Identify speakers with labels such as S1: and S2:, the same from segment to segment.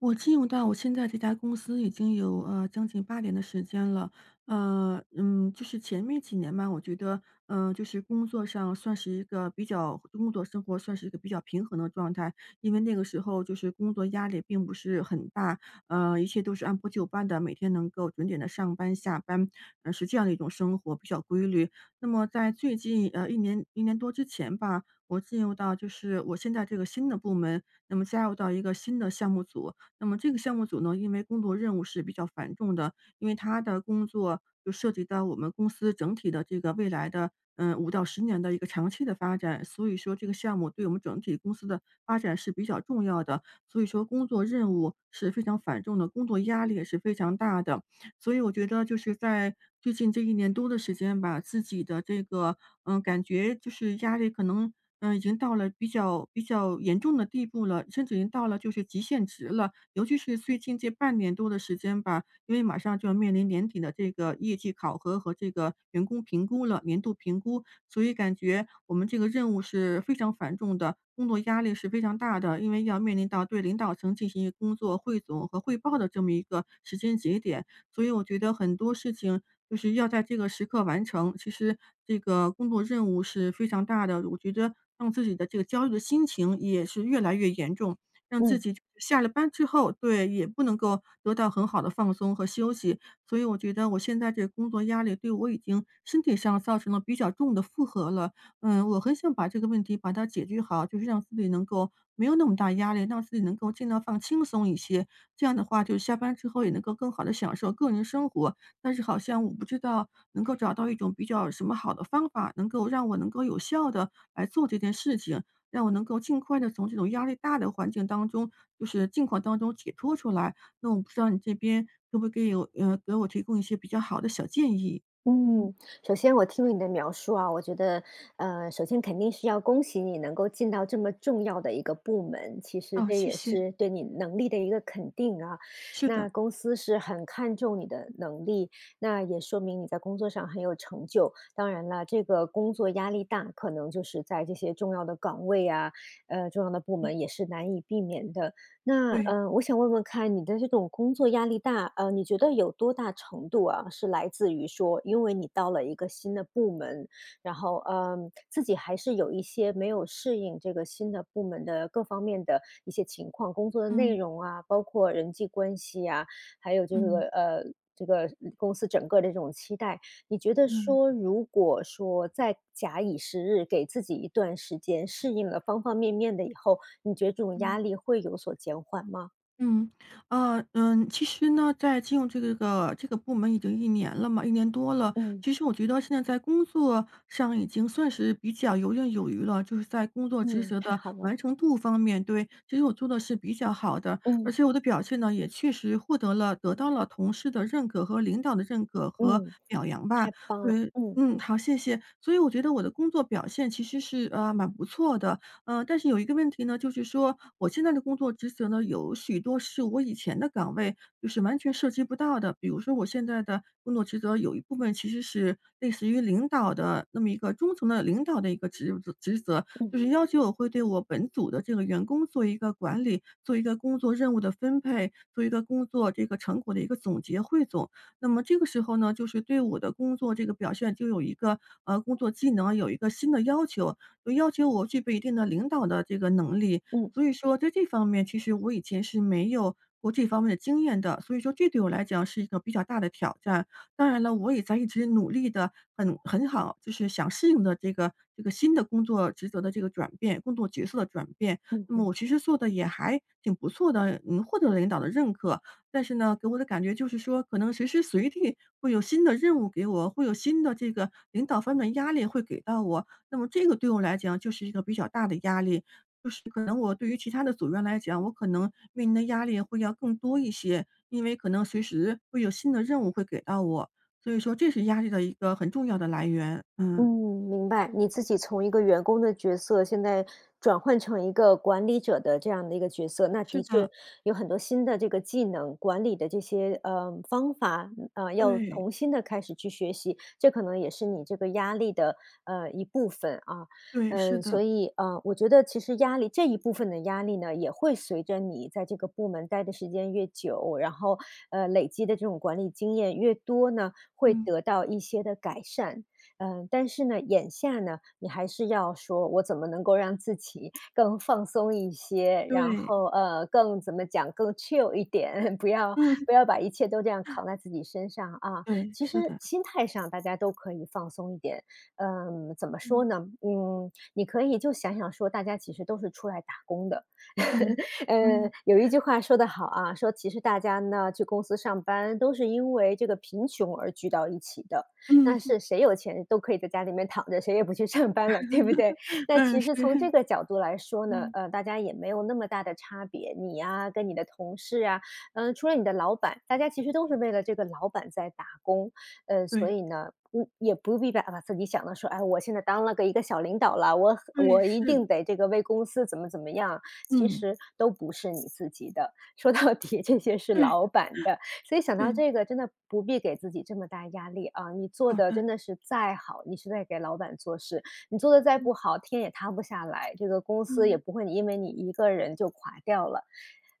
S1: 我进入到我现在这家公司已经有将近8年的时间了。就是前面几年吧，我觉得，就是工作上算是一个工作生活算是一个比较平衡的状态。因为那个时候就是工作压力并不是很大，一切都是按部就班的，每天能够准点的上班下班，是这样的一种生活比较规律。那么在最近一年多之前吧，我进入到就是我现在这个新的部门，那么加入到一个新的项目组。那么这个项目组呢，因为工作任务是比较繁重的，因为他的工作就涉及到我们公司整体的这个未来的，5到10年的一个长期的发展，所以说这个项目对我们整体公司的发展是比较重要的。所以说工作任务是非常繁重的，工作压力也是非常大的。所以我觉得就是在最近这一年多的时间吧，自己的这个，感觉就是压力可能，已经到了比较严重的地步了，甚至已经到了就是极限值了。尤其是最近这半年多的时间吧，因为马上就要面临年底的这个业绩考核和这个员工评估了，年度评估，所以感觉我们这个任务是非常繁重的，工作压力是非常大的，因为要面临到对领导层进行一个工作汇总和汇报的这么一个时间节点，所以我觉得很多事情就是要在这个时刻完成。其实这个工作任务是非常大的，我觉得让自己的这个焦虑的心情也是越来越严重。让自
S2: 嗯
S1: 己下了班之后对，也不能够得到很好的放松和休息。所以我觉得我现在这工作压力对我已经身体上造成了比较重的负荷了。我很想把这个问题把它解决好，就是让自己能够没有那么大压力，让自己能够尽量放轻松一些。这样的话，就下班之后也能够更好的享受个人生活。但是好像我不知道能够找到一种比较什么好的方法，能够让我能够有效的来做这件事情。让我能够尽快的从这种压力大的环境当中，就是境况当中解脱出来。那我不知道你这边可不可以有给我提供一些比较好的小建议？嗯，
S2: 嗯，首先我听了你的描述啊，我觉得，首先肯定是要恭喜你能够进到这么重要的一个部门，其实
S1: 哦，
S2: 这
S1: 谢
S2: 也
S1: 谢。
S2: 是对你能力的一个肯定啊。
S1: 是的，
S2: 那公司是很看重你的能力，那也说明你在工作上很有成就。当然了，这个工作压力大，可能就是在这些重要的岗位啊，重要的部
S1: 嗯，
S2: 门也是难以避免的。那
S1: 对，
S2: 呃，我想问问看你的这种工作压力大，你觉得有多大程度啊，是来自于说，因为你到了一个新的部门，然后自己还是有一些没有适应这个新的部门的各方面的一些情况，工作的内
S1: 嗯，
S2: 容啊，包括人际关系啊，还有这个
S1: 嗯，
S2: 。这个公司整个的这种期待，你觉得
S1: 嗯，
S2: 说，如果说再假以时日，给自己一段时间适应了方方面面的以后，你觉得这种压
S1: 嗯。
S2: 力会有所减缓吗？
S1: 嗯，其实呢，在进入这个这个部门已经1年多了。
S2: 嗯，
S1: 其实我觉得现在在工作上已经算是比较游刃有余了，就是在工作职
S2: 嗯，
S1: 责
S2: 太
S1: 的
S2: 好了，
S1: 完成度方面，对，其实我做的是比较好的。而
S2: 嗯，
S1: 且我的表现呢，也确实获得了得到了同事的认可和领导的认可和
S2: 嗯，
S1: 表扬吧。
S2: 太棒了，
S1: 对，
S2: 嗯，
S1: 嗯，好，谢谢。所以我觉得我的工作表现其实是，蛮不错的。但是有一个问题呢，就是说我现在的工作职责呢，有许多是我以前的岗位就是完全涉及不到的。比如说我现在的工作职责有一部分其实是类似于领导的那么一个中层的领导的一个职责，
S2: 嗯，
S1: 就是要求我会对我本组的这个员工做一个管理，做一个工作任务的分配，做一个工作这个成果的一个总结汇总。那么这个时候呢，就是对我的工作这个表现就有一个呃工作技能有一个新的要求。有要求我具备一定的领导的这个能力。
S2: 嗯，
S1: 所以说在这方面，其实我以前是没有过这方面的经验的，所以说这对我来讲是一个比较大的挑战。当然了，我也在一直努力的，很好，就是想适应的这个新的工作职责的这个转变，工作角色的转变。那么
S2: 嗯。
S1: 我其实做的也还挺不错的，获得了领导的认可。但是呢，给我的感觉就是说，可能随时随地会有新的任务给我，会有新的这个领导方面的压力会给到我。那么这个对我来讲就是一个比较大的压力，就是可能我对于其他的组员来讲，我可能面临的压力会要更多一些，因为可能随时会有新的任务会给到我，所以说这是压力的一个很重要的来源。
S2: 嗯，
S1: 嗯，
S2: 明白。你自己从一个员工的角色，现在转换成一个管理者的这样的一个角色，那
S1: 是
S2: 的确
S1: 的，
S2: 有很多新的这个技能，管理的这些方法，呃，要
S1: 对，
S2: 重新的开始去学习。这可能也是你这个压力的一部分啊。
S1: 对，是
S2: 嗯，
S1: 的，
S2: 所以,我觉得其实压力这一部分的压力呢，也会随着你在这个部门待的时间越久，然后累积的这种管理经验越多呢，会
S1: 嗯，
S2: 得到一些的改善。嗯，但是呢，眼下呢，你还是要说我怎么能够让自己 更放松一些，然
S1: 对，
S2: 后，更怎么讲，更 chill 一点，不要
S1: 嗯，
S2: 不要把一切都这样扛在自己身上啊。
S1: 对，
S2: 其
S1: 是
S2: 实
S1: 的，
S2: 心态上大家都可以放松一点，嗯，怎么说
S1: 嗯，
S2: 呢？嗯，你可以就想想说，大家其实都是出来打工的。
S1: 嗯，嗯，
S2: 有一句话说得好啊，说其实大家呢去公司上班都是因为这个贫穷而聚到一起的。那
S1: 嗯
S2: 是谁有钱都可以在家里面躺着，谁也不去上班了，对不对？那
S1: 嗯，
S2: 其
S1: 是，
S2: 实从这 个角度来说呢，
S1: 嗯，
S2: 大家也没有那么大的差别，你呀跟你的同事啊，嗯，除了你的老板，大家其实都是为了这个老板在打工，所
S1: 对，
S2: 以呢，嗯，也不必把自己想的说，哎，我现在当了一个小领导了，我
S1: 对，
S2: 我一
S1: 是，
S2: 定得这个为公司怎么怎么样，其
S1: 嗯，
S2: 实都不是你自己的，说到底这些是
S1: 对，
S2: 老板的，所以想到
S1: 对，
S2: 这个，真的不必给自己这么大压力啊！你做
S1: 好
S2: 的
S1: 的，
S2: 真的是再好，你是在给老板做事；你做的再
S1: 嗯，
S2: 不好，天也塌不下来，这个公司也
S1: 嗯，
S2: 不会因为你一个人就垮掉了。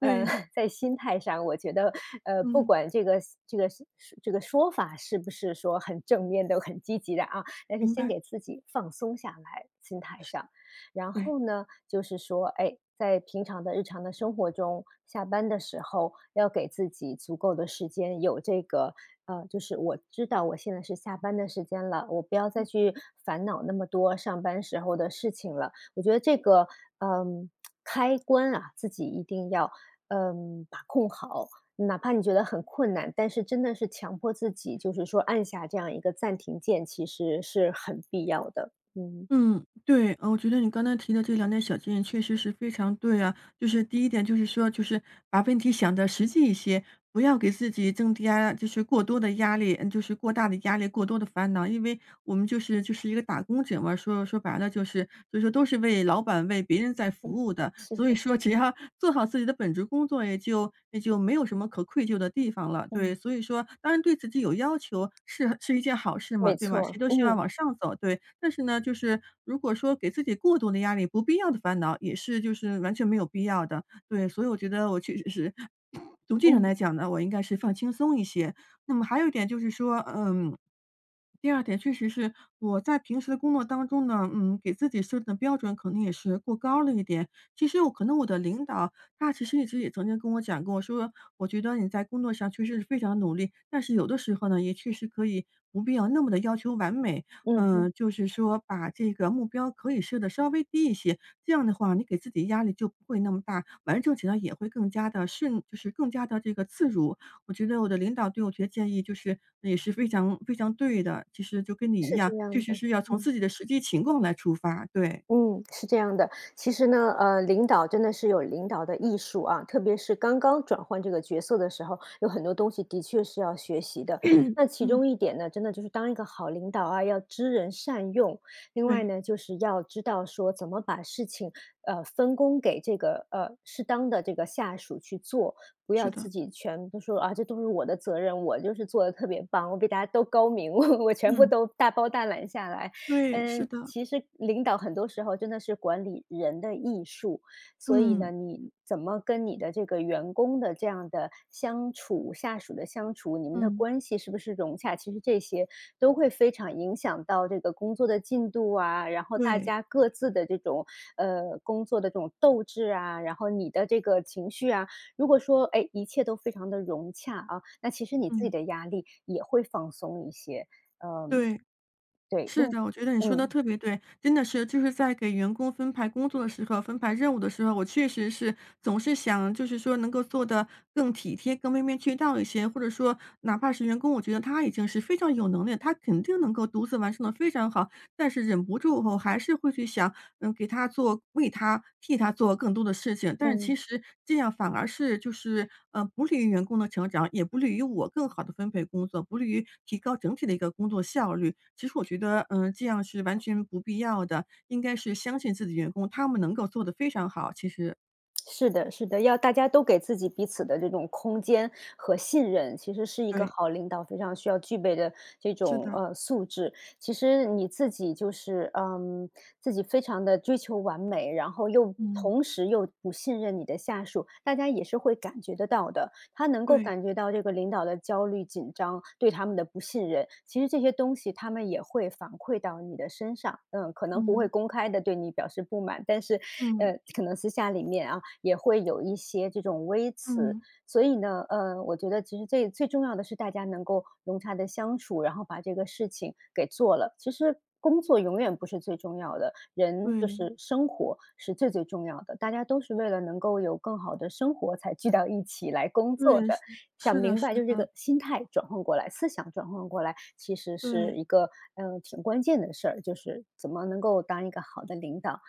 S2: 呃，在心态上，我觉得，不
S1: 嗯，
S2: 管这个是这个说法是不是说很正面的、很积极的啊，但是
S1: 明
S2: 先
S1: 白。
S2: 给自己放松下来，心态上。然
S1: 对，
S2: 后呢，就是说，哎，在平常的日常的生活中，下班的时候要给自己足够的时间，有这个，就是我知道我现在是下班的时间了，我不要再去烦恼那么多上班时候的事情了。我觉得这个，嗯，开关啊，自己一定要，嗯，把控好。哪怕你觉得很困难，但是真的是强迫自己，就是说按下这样一个暂停键，其实是很必要的。嗯，
S1: 嗯，对，我觉得你刚才提的这两点小建议确实是非常对啊。就是第一点就是说，就是把问题想的实际一些，不要给自己增加就是过多的压力，就是过大的压力、过多的烦恼。因为我们就是一个打工者嘛，说白了就是所以说都是为老板、为别人在
S2: 嗯，
S1: 服务的。
S2: 是
S1: 所以
S2: 的，
S1: 说只要哈做好自己的本职工作，也就没有什么可愧疚的地方了。对，
S2: 嗯。
S1: 所以说当然对自己有要求是一件好事嘛，
S2: 没
S1: 对吧？谁
S2: 错，
S1: 都希望
S2: 嗯，
S1: 往上走，对。但是呢，就是如果说给自己过度的压力、不必要的烦恼，也是就是完全没有必要的。对，所以我觉得我确实是从这种
S2: 嗯，
S1: 来讲呢，我应该是放轻松一些。那么还有一点就是说，第二点确实是我在平时的工作当中呢，给自己设定的标准可能也是过高了一点。其实我可能我的领导，他其实一直也曾经跟我讲过，说我觉得你在工作上确实是非常努力，但是有的时候呢，也确实可以不必要那么的要求完美。
S2: 嗯嗯，
S1: 就是说把这个目标可以设的稍微低一些，这样的话，你给自己压力就不会那么大，完成起来也会更加的顺，就是更加的这个自如。我觉得我的领导对我提的建议就是也是非常非常对的，其实就跟你一
S2: 是这
S1: 样，
S2: 样
S1: 确实
S2: 的，
S1: 是要从
S2: 嗯。
S1: 自己的实际情况来出发。对，
S2: 嗯，是这样的。其实呢，领导真的是有领导的艺术啊，特别是刚刚转换这个角色的时候，有很多东西的确是要学习的。那其
S1: 嗯，
S2: 中一点呢，真的就是当一个好领导啊，要知人善用。另外
S1: 对，
S2: 呢，就是要知道说怎么把事情分工给这个适当的这个下属去做，不
S1: 是
S2: 要
S1: 的，
S2: 自己全部说啊，这都是我的责任，我就是做的特别棒，我比大家都高明，我全部
S1: 嗯。
S2: 都大包大揽下来。
S1: 对，是
S2: 嗯，
S1: 的，
S2: 其实领导很多时候真的是管理人的艺术，所以
S1: 嗯，
S2: 呢，你怎么跟你的这个员工的这样的相处，下属的相处，你们的
S1: 嗯，
S2: 关系是不是融洽？其实这些都会非常影响到这个工作的进度啊，然后大
S1: 对，
S2: 家各自的这种工作的这种斗志啊，然后你的这个情绪啊，如果说哎一切都非常的融洽啊，那其实你自己
S1: 嗯。
S2: 的压力也会放松一些。
S1: 对，
S2: 对，另
S1: 是的，我觉得你说的
S2: 嗯
S1: 特别对。真的是就是在给员工分派工作的时候、分派任务的时候，我确实是总是想就是说能够做的更体贴、更面面俱到一些，或者说哪怕是员工，我觉得他已经是非常有能力，他肯定能够独自完成的非常好，但是忍不住后还是会去想，给他做为他替他做更多的事情，但是其
S2: 嗯。
S1: 实这样反而是就是，不利于员工的成长，也不利于我更好的分配工作，不利于提高整体的一个工作效率。其实我觉得，这样是完全不必要的，应该是相信自己员工，他们能够做得非常好，其实。
S2: 是的，是的，要大家都给自己彼此的这种空间和信任，其实是一个
S1: 对，
S2: 好领导非常需要具备的这
S1: 是
S2: 种
S1: 的，
S2: 素质。其实你自己就是嗯，自己非常的追求完美，然后又
S1: 嗯，
S2: 同时又不信任你的下属，大家也是会感觉得到的。他能够
S1: 对，
S2: 感觉到这个领导的焦虑、紧张，对他们的不信任。其实这些东西他们也会反馈到你的身上，嗯，可能不会
S1: 嗯，
S2: 公开的对你表示不满，但是，
S1: 嗯，
S2: 可能私下里面啊，也会有一些这种微词，
S1: 嗯，
S2: 所以呢，我觉得其实最最重要的是大家能够融洽的相处，然后把这个事情给做了。其实工作永远不是最重要的，人就
S1: 对，
S2: 是生活是最最重要的。大家都是为了能够有更好的生活才聚到一起来工作
S1: 对，
S2: 的。
S1: 是
S2: 想
S1: 是的
S2: 明
S1: 是
S2: 白就是这
S1: 的，
S2: 个心态转换过来，思想转换过来，其实是
S1: 对。
S2: 一个，嗯，挺关键的事儿，就是怎么能够当一个好的领导。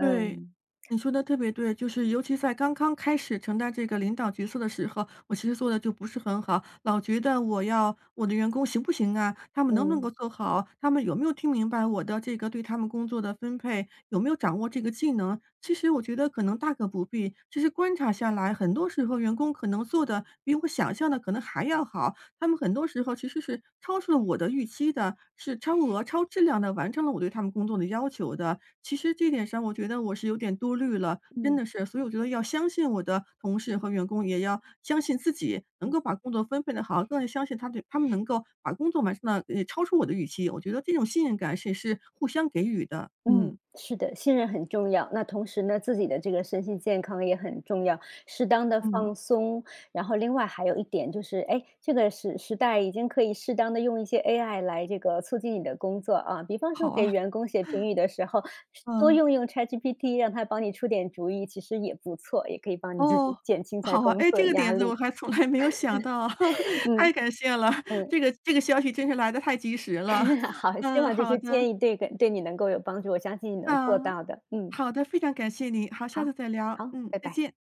S1: 对，你说的特别对，就是尤其在刚刚开始承担这个领导角色的时候，我其实做的就不是很好，老觉得我要我的员工行不行啊？他们能不能够
S2: 嗯，
S1: 做好？他们有没有听明白我的这个对他们工作的分配？有没有掌握这个技能？其实我觉得可能大可不必。其实观察下来，很多时候员工可能做的比我想象的可能还要好，他们很多时候其实是超出了我的预期的，是超额、超质量的完成了我对他们工作的要求的。其实这点上我觉得我是有点多虑了，真
S2: 嗯。
S1: 的是。所以我觉得要相信我的同事和员工，也要相信自己能够把工作分配的好，更要相信对他们能够把工作完成的也超出我的预期。我觉得这种信任感是互相给予的。嗯
S2: 嗯，是的，信任很重要。那同时呢，自己的这个身心健康也很重要，适当的
S1: 嗯，
S2: 放松。然后另外还有一点就是，哎，这个时代已经可以适当的用一些 AI 来这个促进你的工作啊，比方
S1: 好
S2: 说给
S1: 啊，
S2: 员工写评语的时候，多
S1: 嗯，
S2: 用用 ChatGPT，让他帮你出点主意，其实也不错，也可以帮你自
S1: 哦，
S2: 己减轻一下
S1: 好啊，
S2: 工
S1: 哎，这
S2: 作
S1: 个
S2: 压
S1: 点子我
S2: 力。
S1: 还从来没有想到，太
S2: 嗯
S1: 感谢了，
S2: 嗯，
S1: 这个消息真是来的太及时了。
S2: 好，希望这
S1: 好
S2: 些
S1: 的，
S2: 建议对你能够有帮助，我相信你能做
S1: 嗯，
S2: 到的。嗯，
S1: 好的，非常感谢你，好，
S2: 好，
S1: 下次再聊，
S2: 好，拜
S1: 再
S2: 拜。
S1: 见。